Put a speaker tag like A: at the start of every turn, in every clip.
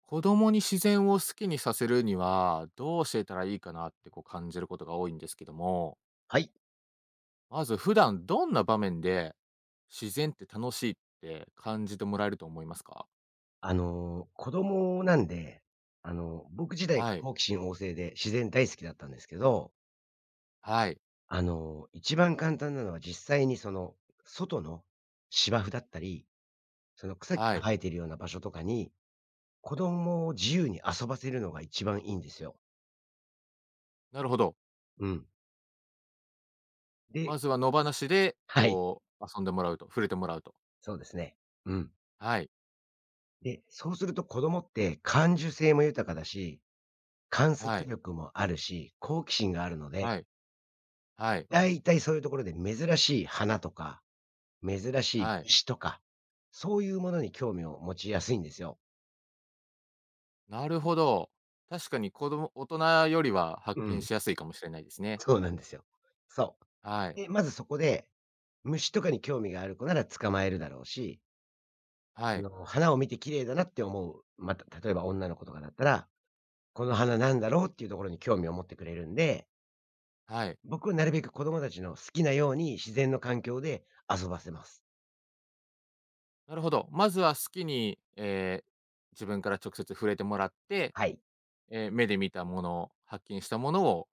A: 子供に自然を好きにさせるには、どう教えたらいいかなってこう感じることが多いんですけども、
B: はい。
A: まず普段どんな場面で、自然って楽しいって感じてもらえると思いますか？
B: 子供なんで、僕自体
A: はい、
B: 好奇心旺盛で自然大好きだったんですけど、
A: はい、
B: 一番簡単なのは実際にその、外の芝生だったり、その草木
A: は
B: が
A: い。
B: 生えてるような場所とかに、子供を自由に遊ばせるのが一番いいんですよ。
A: なるほど。
B: うん。で
A: ま ずは野放しで、
B: はい、
A: こう遊んでもらうと、触れてもらうと。
B: そうですね。うん。
A: はい、
B: で、そうすると子供って感受性も豊かだし、観
A: は
B: 察
A: い、
B: 力もあるし、好奇心があるので、
A: はい、はい、
B: だいたいそういうところで珍しい花とか珍しい
A: はい。
B: 虫とか、そういうものに興味を持ちやすいんですよ。
A: なるほど。確かに子供大人よりは発
B: う
A: 見
B: ん。
A: しやすいかもしれないですね。
B: そうなんですよ。そう。
A: はい、
B: で、まずそこで、虫とかに興味がある子なら捕まえるだろうし、
A: はい、
B: 花を見て綺麗だなって思う、また、例えば女の子とかだったら、この花なんだろうっていうところに興味を持ってくれるんで、
A: はい。
B: 僕はなるべく子供たちの好きなように自然の環境で遊ばせます。
A: なるほど。まずは好きに、自分から直接触れてもらって、
B: はい。
A: 目で見たもの、発見したものを、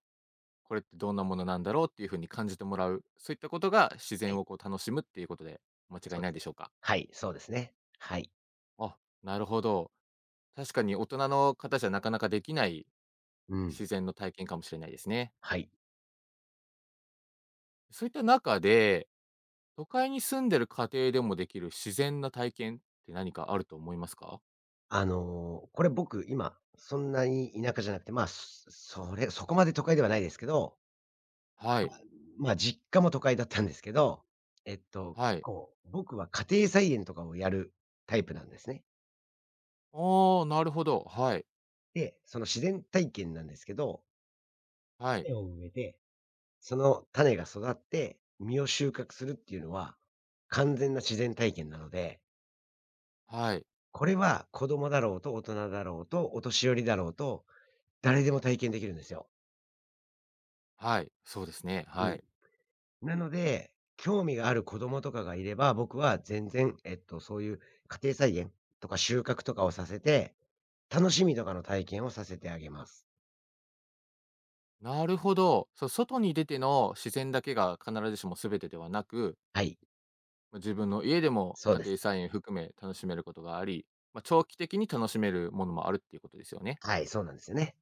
A: これってどんなものなんだろうっていう風に感じてもらう、そういったことが自
B: は
A: 然
B: い。
A: をこう楽しむっていうことで間違い
B: そう
A: な
B: で
A: い
B: す
A: でし
B: ね。
A: ょうか？
B: はい、そうですね。はい。
A: あ、なるほど。確かに大人の方じゃなかなかできない
B: うん。
A: 自然の体験かもしれないですね。
B: はい。
A: そういった中で、都会に住んでる家庭でもできる自然な体験って何かあると思いますか？
B: これ僕、今、そんなに田舎じゃなくて、まあ、そこまで都会ではないですけど、
A: はい、
B: まあ、実家も都会だったんですけど、
A: はい。
B: こう、僕は家庭菜園とかをやるタイプなんですね。
A: ああ、なるほど。はい、
B: で、その自然体験なんですけど
A: はい。
B: 根を植えてその種が育って、実を収穫するっていうのは、完全な自然体験なので、
A: はい、
B: これは子供だろうと大人だろうとお年寄りだろうと、誰でも体験できるんですよ。
A: はい、そうですね、
B: う
A: は
B: ん。
A: い。
B: なので、興味がある子供とかがいれば、僕は全然、そういう家庭菜園とか収穫とかをさせて、楽しみとかの体験をさせてあげます。
A: なるほど。そう、外に出ての自然だけが必ずしも全てではなく、
B: はい、
A: ま、自分の家でも
B: そう
A: 家
B: で
A: 庭
B: す。
A: 菜園含め楽しめることがあり、ま、長期的に楽しめるものもあるっていうことですよね。
B: はい、そうなんですよね。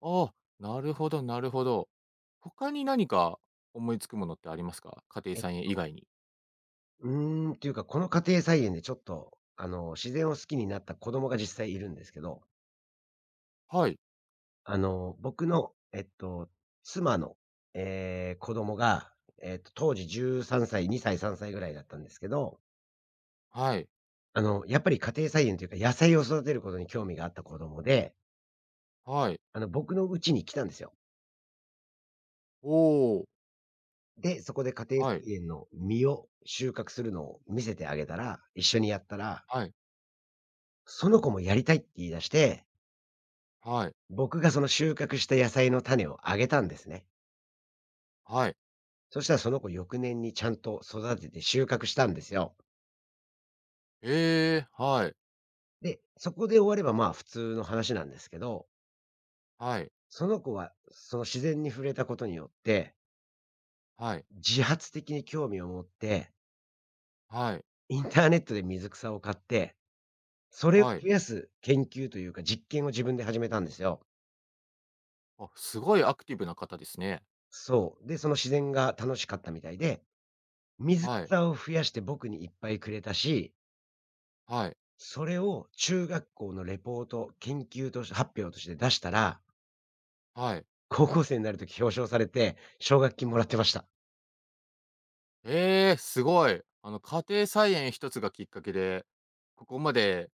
A: ああ、なるほどなるほど。他に何か思いつくものってありますか？家庭
B: え、
A: 菜園以外に。
B: うーん、というか、この家庭菜園でちょっと、自然を好きになった子供が実際いるんですけど、
A: はい、
B: 僕の、妻の、ええ、子供が、当時13歳、2歳、3歳ぐらいだったんですけど
A: はい、
B: やっぱり家庭菜園というか、野菜を育てることに興味があった子供で、
A: はい。
B: 僕の家に来たんですよ。
A: おお、
B: で、そこで家庭
A: はい、
B: 菜園の実を収穫するのを見せてあげたら、一緒にやったら、
A: はい、
B: その子もやりたいって言い出して、
A: はい、
B: 僕がその収穫した野菜の種をあげたんですね。
A: はい。
B: そしたらその子翌年にちゃんと育てて収穫したんですよ。
A: ええ、はい、
B: で、そこで終わればまあ普通の話なんですけど、
A: はい、
B: その子はその自然に触れたことによって、
A: はい、
B: 自発的に興味を持って、
A: はい、
B: インターネットで水草を買って、それを
A: はい。
B: 増やす研究というか、実験を自分で始めたんですよ。
A: あ、すごいアクティブな方ですね。
B: そう。で、その自然が楽しかったみたいで、水
A: はい。
B: 草を増やして僕にいっぱいくれたし、
A: はい。
B: それを中学校のレポート、研究として発表として出したら、
A: はい。
B: 高校生になるとき表彰されて、奨学金もらってました。
A: ええ、すごい。家庭菜園一つがきっかけで、ここまで、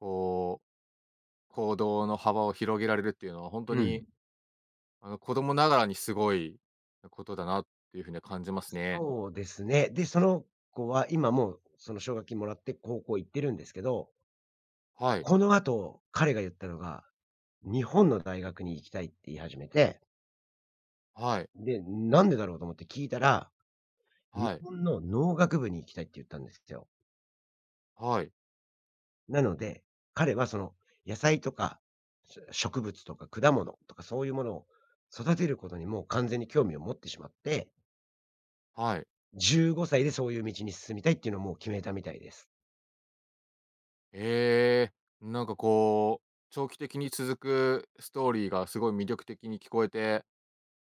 A: こう、行動の幅を広げられるっていうのは、本当
B: う
A: に、
B: ん。
A: 子供ながらにすごいことだなっていう風には感じますね。
B: そうですね。で、その子は今もうその奨学金もらって高校行ってるんですけど、
A: はい。
B: この後、彼が言ったのが日本の大学に行きたいって言い始めて、
A: はい。
B: で、なんでだろうと思って聞いたら、日
A: はい。
B: 本の農学部に行きたいって言ったんですよ。
A: はい。
B: なので、彼はその野菜とか、植物とか果物とかそういうものを育てることにもう完全に興味を持ってしまって、
A: はい。
B: 15歳でそういう道に進みたいっていうのをもう決めたみたいです。
A: ええ、なんかこう、長期的に続くストーリーがすごい魅力的に聞こえて、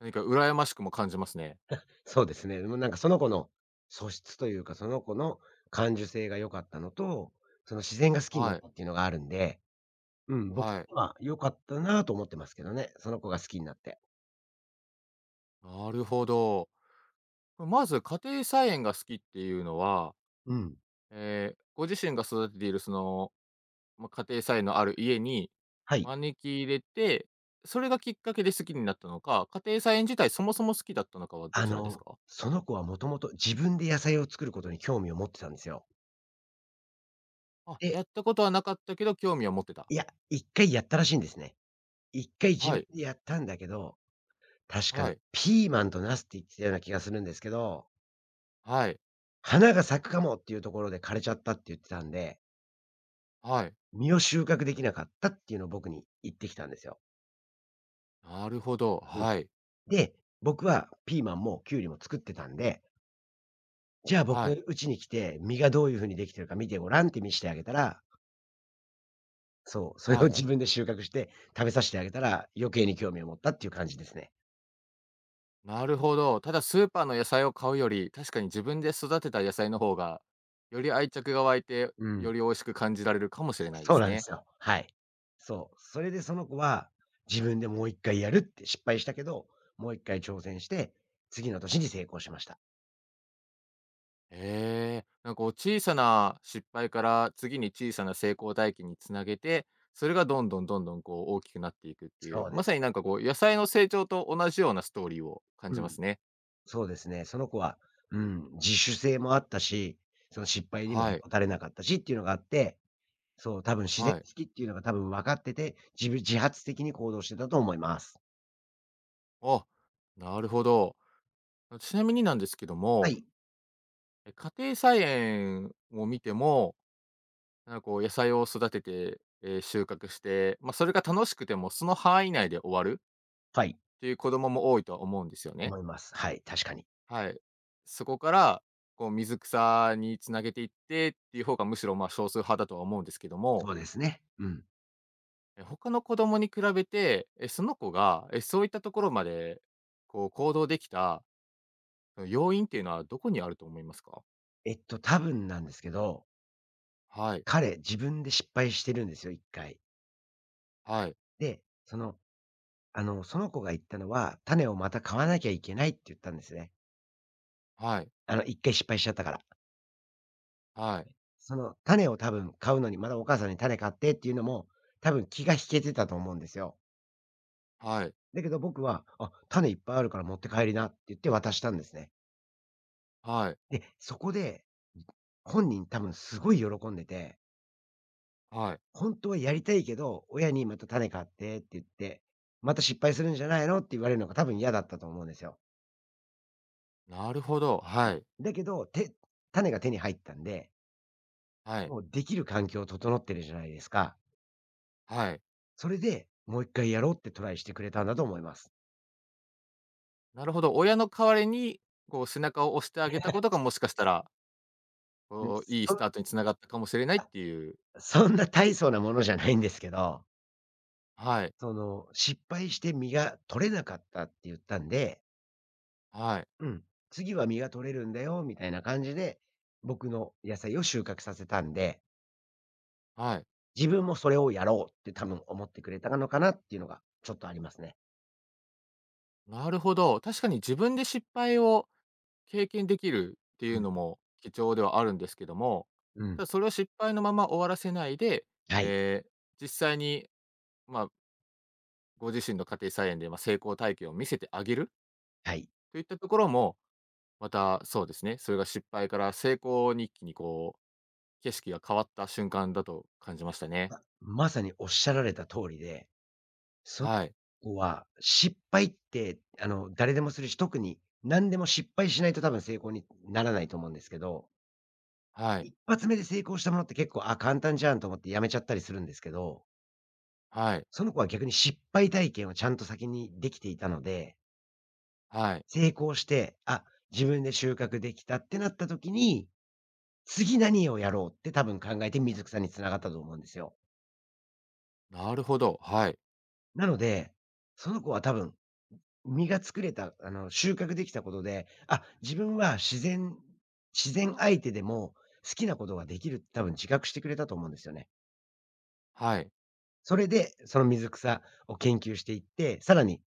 A: 何か羨ましくも感じますね。
B: そうですね。もうなんかその子の素質というか、その子の感受性が良かったのと、その自然が好きにな
A: は
B: っ
A: い。
B: たっていうのがあるんでうん、僕的
A: はい。
B: には良かったなと思ってますけどね、その子が好きになって。
A: なるほど。まず家庭菜園が好きっていうのは、
B: うん。
A: ご自身が育てているその、まあ、家庭菜園のある家に
B: はい。
A: 招き入れて、それがきっかけで好きになったのか、家庭菜園自体そもそも好きだったのかはどちらですか？
B: その子はもともと自分で野菜を作ることに興味を持ってたんですよ。
A: あ、
B: で、
A: やったことはなかったけど興味は持ってた。
B: いや、一回やったらしいんですね。一回自
A: は
B: 分
A: い、
B: でやったんだけど、確か
A: は
B: ね、
A: い、
B: ピーマンとナスって言ってたような気がするんですけど、
A: はい、
B: 花が咲くかもっていうところで枯れちゃったって言ってたんで、
A: はい。
B: 実を収穫できなかったっていうのを僕に言ってきたんですよ。
A: なるほど。
B: うん。
A: はい、
B: で、僕はピーマンもキュウリも作ってたんで、じゃあ僕
A: は
B: の
A: い、
B: 家に来て、実がどういう風にできてるか見てごらんって見してあげたら、そう、それ
A: は
B: を
A: い。
B: 自分で収穫して食べさしてあげたら、余計に興味を持ったっていう感じですね。
A: なるほど。ただスーパーの野菜を買うより、確かに自分で育てた野菜の方が、より愛着が湧いて、
B: うん。
A: より美味しく感じられるかもしれないで
B: そう
A: す
B: なんで
A: ね。
B: すよ。はい。そう。それでその子は、自分でもう一回やるって失敗したけど、もう一回挑戦して、次の年に成功しました。
A: へえ。なんかこう小さな失敗から、次に小さな成功体験につなげて、それがどんどんどんどんこう大きくなっていくっていう、
B: そうで
A: まさに
B: す。
A: なんかこう野菜の成長と同じようなストーリーを感
B: う
A: じま
B: ん。
A: すね。
B: そうですね。その子は、うん、自主性もあったし、その失敗にもへ
A: はい。
B: こたれなかったしっていうのがあってそう、多分自然
A: はい。
B: 好きっていうのが多分分かってて、自分自発的に行動してたと思います。
A: あ、なるほど。ちなみになんですけど
B: は
A: も、
B: い。
A: 家庭菜園を見ても、なんかこう野菜を育てて、収穫して、まあ、それが楽しくても、その範囲内で終わる
B: はい。
A: っていう子供も多いとは思うんですよね。
B: 思います。はい、確かに。
A: はい。そこから、こう水草に繋げていってっていう方がむしろ、ま、少数派だとは思うんですけども、
B: そうですね。うん。
A: 他の子供に比べて、その子が、そういったところまで、こう行動できた、その要因っていうのはどこにあると思いますか？
B: 多分なんですけど、
A: はい
B: 彼、自分で失敗してるんですよ、1回。
A: はい
B: で、その、その子が言ったのは、種をまた買わなきゃいけないって言ったんですね。
A: はい
B: 1回失敗しちゃったから。
A: はい
B: その種を多分買うのに、まだお母さんに種買ってっていうのも、多分気が引けてたと思うんですよ。
A: はい
B: だけど僕は、あ、種いっぱいあるから持って帰りなって言って渡したんですね。
A: はい
B: で、そこで、本人多分すごい喜んでて、
A: はい。
B: 本当はやりたいけど、親にまた種買ってって言って、また失敗するんじゃないのって言われるのが多分嫌だったと思うんですよ。
A: なるほど。はい
B: だけど、種が手に入ったんで、
A: はい
B: もうできる環境整ってるじゃないですか。
A: はい。
B: それで、もう一回やろうってトライしてくれたんだと思います。
A: なるほど、親の代わりに、こう背中を押してあげたことが、もしかしたら、
B: うん、
A: こう、いい
B: そ
A: ス
B: んな
A: タートに繋がったかもしれないっていう。
B: そんな大層なものじゃないんですけど、
A: はい、
B: その、失敗して実が取れなかったって言ったんで
A: はい、
B: うん。次は実が取れるんだよ、みたいな感じで、僕の野菜を収穫させたんで、
A: はい。
B: 自分もそれをやろうって多分思ってくれたのかなっていうのがちょっとありますね。
A: なるほど、確かに自分で失敗を経験できるっていうの
B: う
A: も貴重ではあるんですけども、
B: ん。う
A: た
B: ん。
A: だそれを失敗のまま終わらせないで、
B: はい。
A: えー実際に、まあ、ご自身の家庭菜園で、ま、成功体験を見せてあげる
B: はい。
A: といったところも、またそうですね、それが失敗から成功に一気にこう景色が変わった瞬間だと感じましたね。
B: まさにおっしゃられた通りで、そ
A: はい、
B: こは失敗って、誰でもするし、特に何でも失敗しないと多分成功にならないと思うんですけど、
A: はい、
B: 一発目で成功したものって結構、あ、簡単じゃんと思ってやめちゃったりするんですけど、
A: はい、
B: その子は逆に失敗体験をちゃんと先にできていたので、
A: はい。
B: 成功して、あ、自分で収穫できたってなった時に、次何をやろうって多分考えて水草に繋がったと思うんですよ。
A: なるほど。はい、
B: なので、その子は多分、実が作れた、収穫できたことで、あ、自分は自然相手でも好きなことができるって多分自覚してくれたと思うんですよね。
A: はい、
B: それで、その水草を研究していって、さらに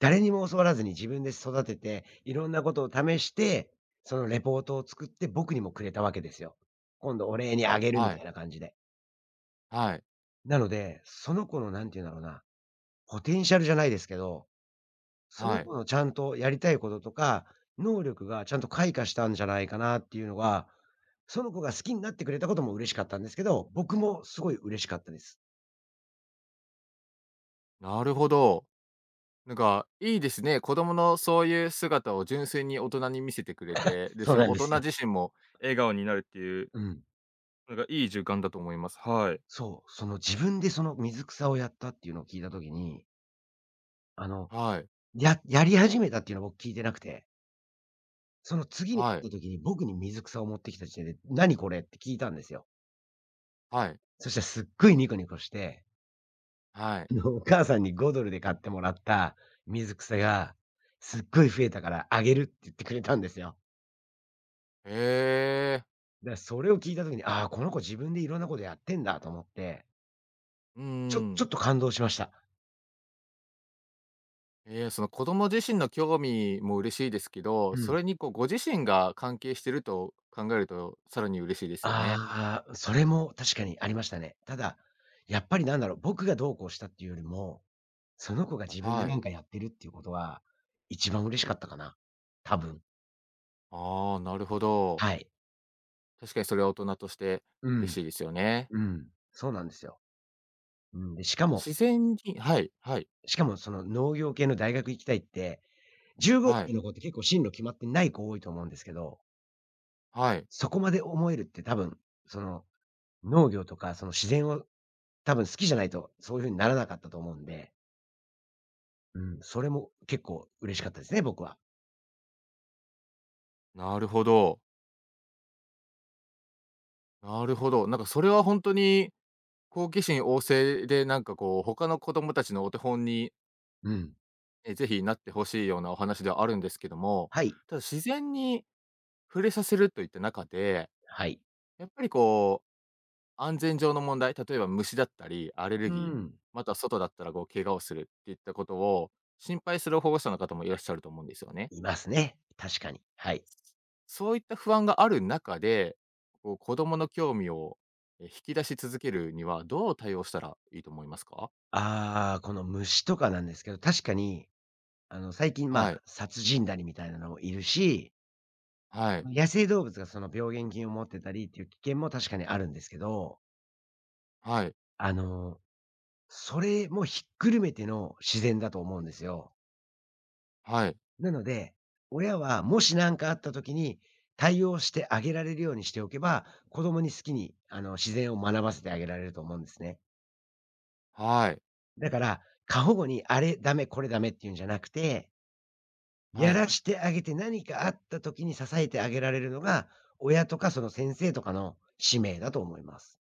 B: 誰にも教わらずに自分で育てて、いろんなことを試して、そのレポートを作って僕にもくれたわけですよ。今度お礼にあげるみ
A: は
B: た
A: い、
B: いな感じで。
A: はい、
B: なので、その子のなんて言うんだろうな、ポテンシャルじゃないですけど、そ
A: は
B: の
A: い。
B: 子のちゃんとやりたいこととか、能力がちゃんと開花したんじゃないかなっていうのが、その子が好きになってくれたことも嬉しかったんですけど、僕もすごい嬉しかったです。
A: なるほど。なんか、いいですね。子供のそういう姿を純粋に大人に見せてくれて、で、
B: そ
A: そ
B: うな
A: の
B: ん
A: 大
B: で
A: 人
B: すよ。
A: 自身も笑顔になるっていう、
B: うん。
A: なんかいい循環だと思います。はい。
B: そう、その自分でその水草をやったっていうのを聞いたときに、あの
A: はい、
B: やり始めたっていうのは僕聞いてなくて、その次に
A: はい、
B: 会った時に僕に水草を持ってきた時点で、「何これ？」って聞いたんですよ。
A: はい、
B: そしたらすっごいニコニコして、
A: はい。
B: お母さんに5ドルで買ってもらった水草が、すっごい増えたからあげるって言ってくれたんですよ。
A: へえ。
B: だからそれを聞いた時に、ああ、この子自分でいろんなことやってんだと思って、
A: うんう
B: ちょっ
A: ん。
B: と感動しました。
A: ええ、その子供自身の興味も嬉しいですけど、
B: う
A: そ
B: ん。
A: れにこうご自身が関係してると考えると、さらに嬉しいですよね。
B: ああ、それも確かにありましたね。ただ、やっぱりなんだろう、僕がどうこうしたっていうよりも、その子が自分で
A: は
B: な
A: い。
B: んかやってるっていうことは、一番嬉しかったかな。多分。
A: ああ、なるほど。
B: はい。
A: 確かにそれは大人として
B: う
A: 嬉
B: ん。
A: しいですよね。
B: うん。そうなんですよ。うん。で、しかも
A: 自然にはい、はい、
B: その農業系の大学行きたいって、15
A: は
B: 歳
A: い、
B: の子って結構進路決まってない子多いと思うんですけど、
A: はい。
B: そこまで思えるって多分、その農業とかその自然を多分好きじゃないと、そういう風にならなかったと思うんで、うん、それも結構嬉しかったですね、僕は。
A: なるほど。なるほど。なんかそれは本当に好奇心旺盛で、なんかこう他の子供たちのお手本に、
B: うん。
A: なってほしいようなお話ではあるんですけども、
B: はい。
A: ただ自然に触れさせるといった中で
B: はい。
A: やっぱりこう、安全上の問題、例えば虫だったり、アレル
B: う
A: ギー、
B: ん。
A: また外だったらこう怪我をするっていったことを心配する保護者の方もいらっしゃると思うんですよね。
B: いますね。確かに。はい。
A: そういった不安がある中で、こう子供の興味を引き出し続けるにはどう対応したらいいと思いますか？
B: ああ、この虫とかなんですけど、確かに、最近、まあ、
A: はい、
B: 殺人だりみたいなのもいるし、
A: はい、
B: 野生動物がその病原菌を持ってたりっていう危険も確かにあるんですけど、
A: はい、
B: あの、それもひっくるめての自然だと思うんですよ。
A: はい、
B: なので、親はもし何かあった時に対応してあげられるようにしておけば、子供に好きに、自然を学ばせてあげられると思うんですね。
A: はい、
B: だから、過保護にあれダメ、これダメっていうんじゃなくて、や
A: はい。
B: らしてあげて何かあった時に支えてあげられるのが、親とかその先生とかの使命だと思います。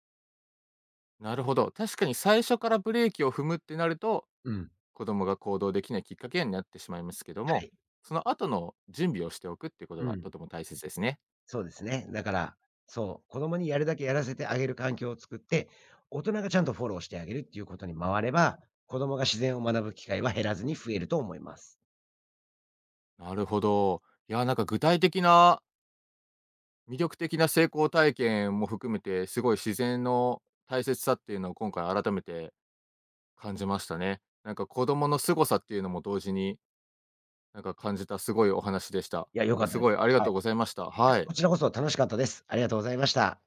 A: なるほど。確かに最初からブレーキを踏むってなると
B: うん。
A: 子供が行動できないきっかけになってしまいますけど
B: は
A: も、
B: い。
A: その後の準備をしておくっていうこと
B: う
A: がと
B: ん。
A: ても大切ですね。
B: そうですね。だから、そう、子供にやるだけやらせてあげる環境を作って、大人がちゃんとフォローしてあげるっていうことに回れば、子供が自然を学ぶ機会は減らずに増えると思います。
A: なるほど。いや、なんか具体的な魅力的な成功体験も含めて、すごい自然の大切さっていうのを今回改めて感じましたね。なんか子供の凄さっていうのも同時になんか感じたすごいお話でした。
B: いや、
A: な
B: 良
A: ん
B: か
A: か
B: った
A: す
B: です。
A: ごいありが
B: は
A: と
B: い。
A: うございました。
B: いや、
A: はい。
B: こちらこそ楽しかったです。ありがとうございました。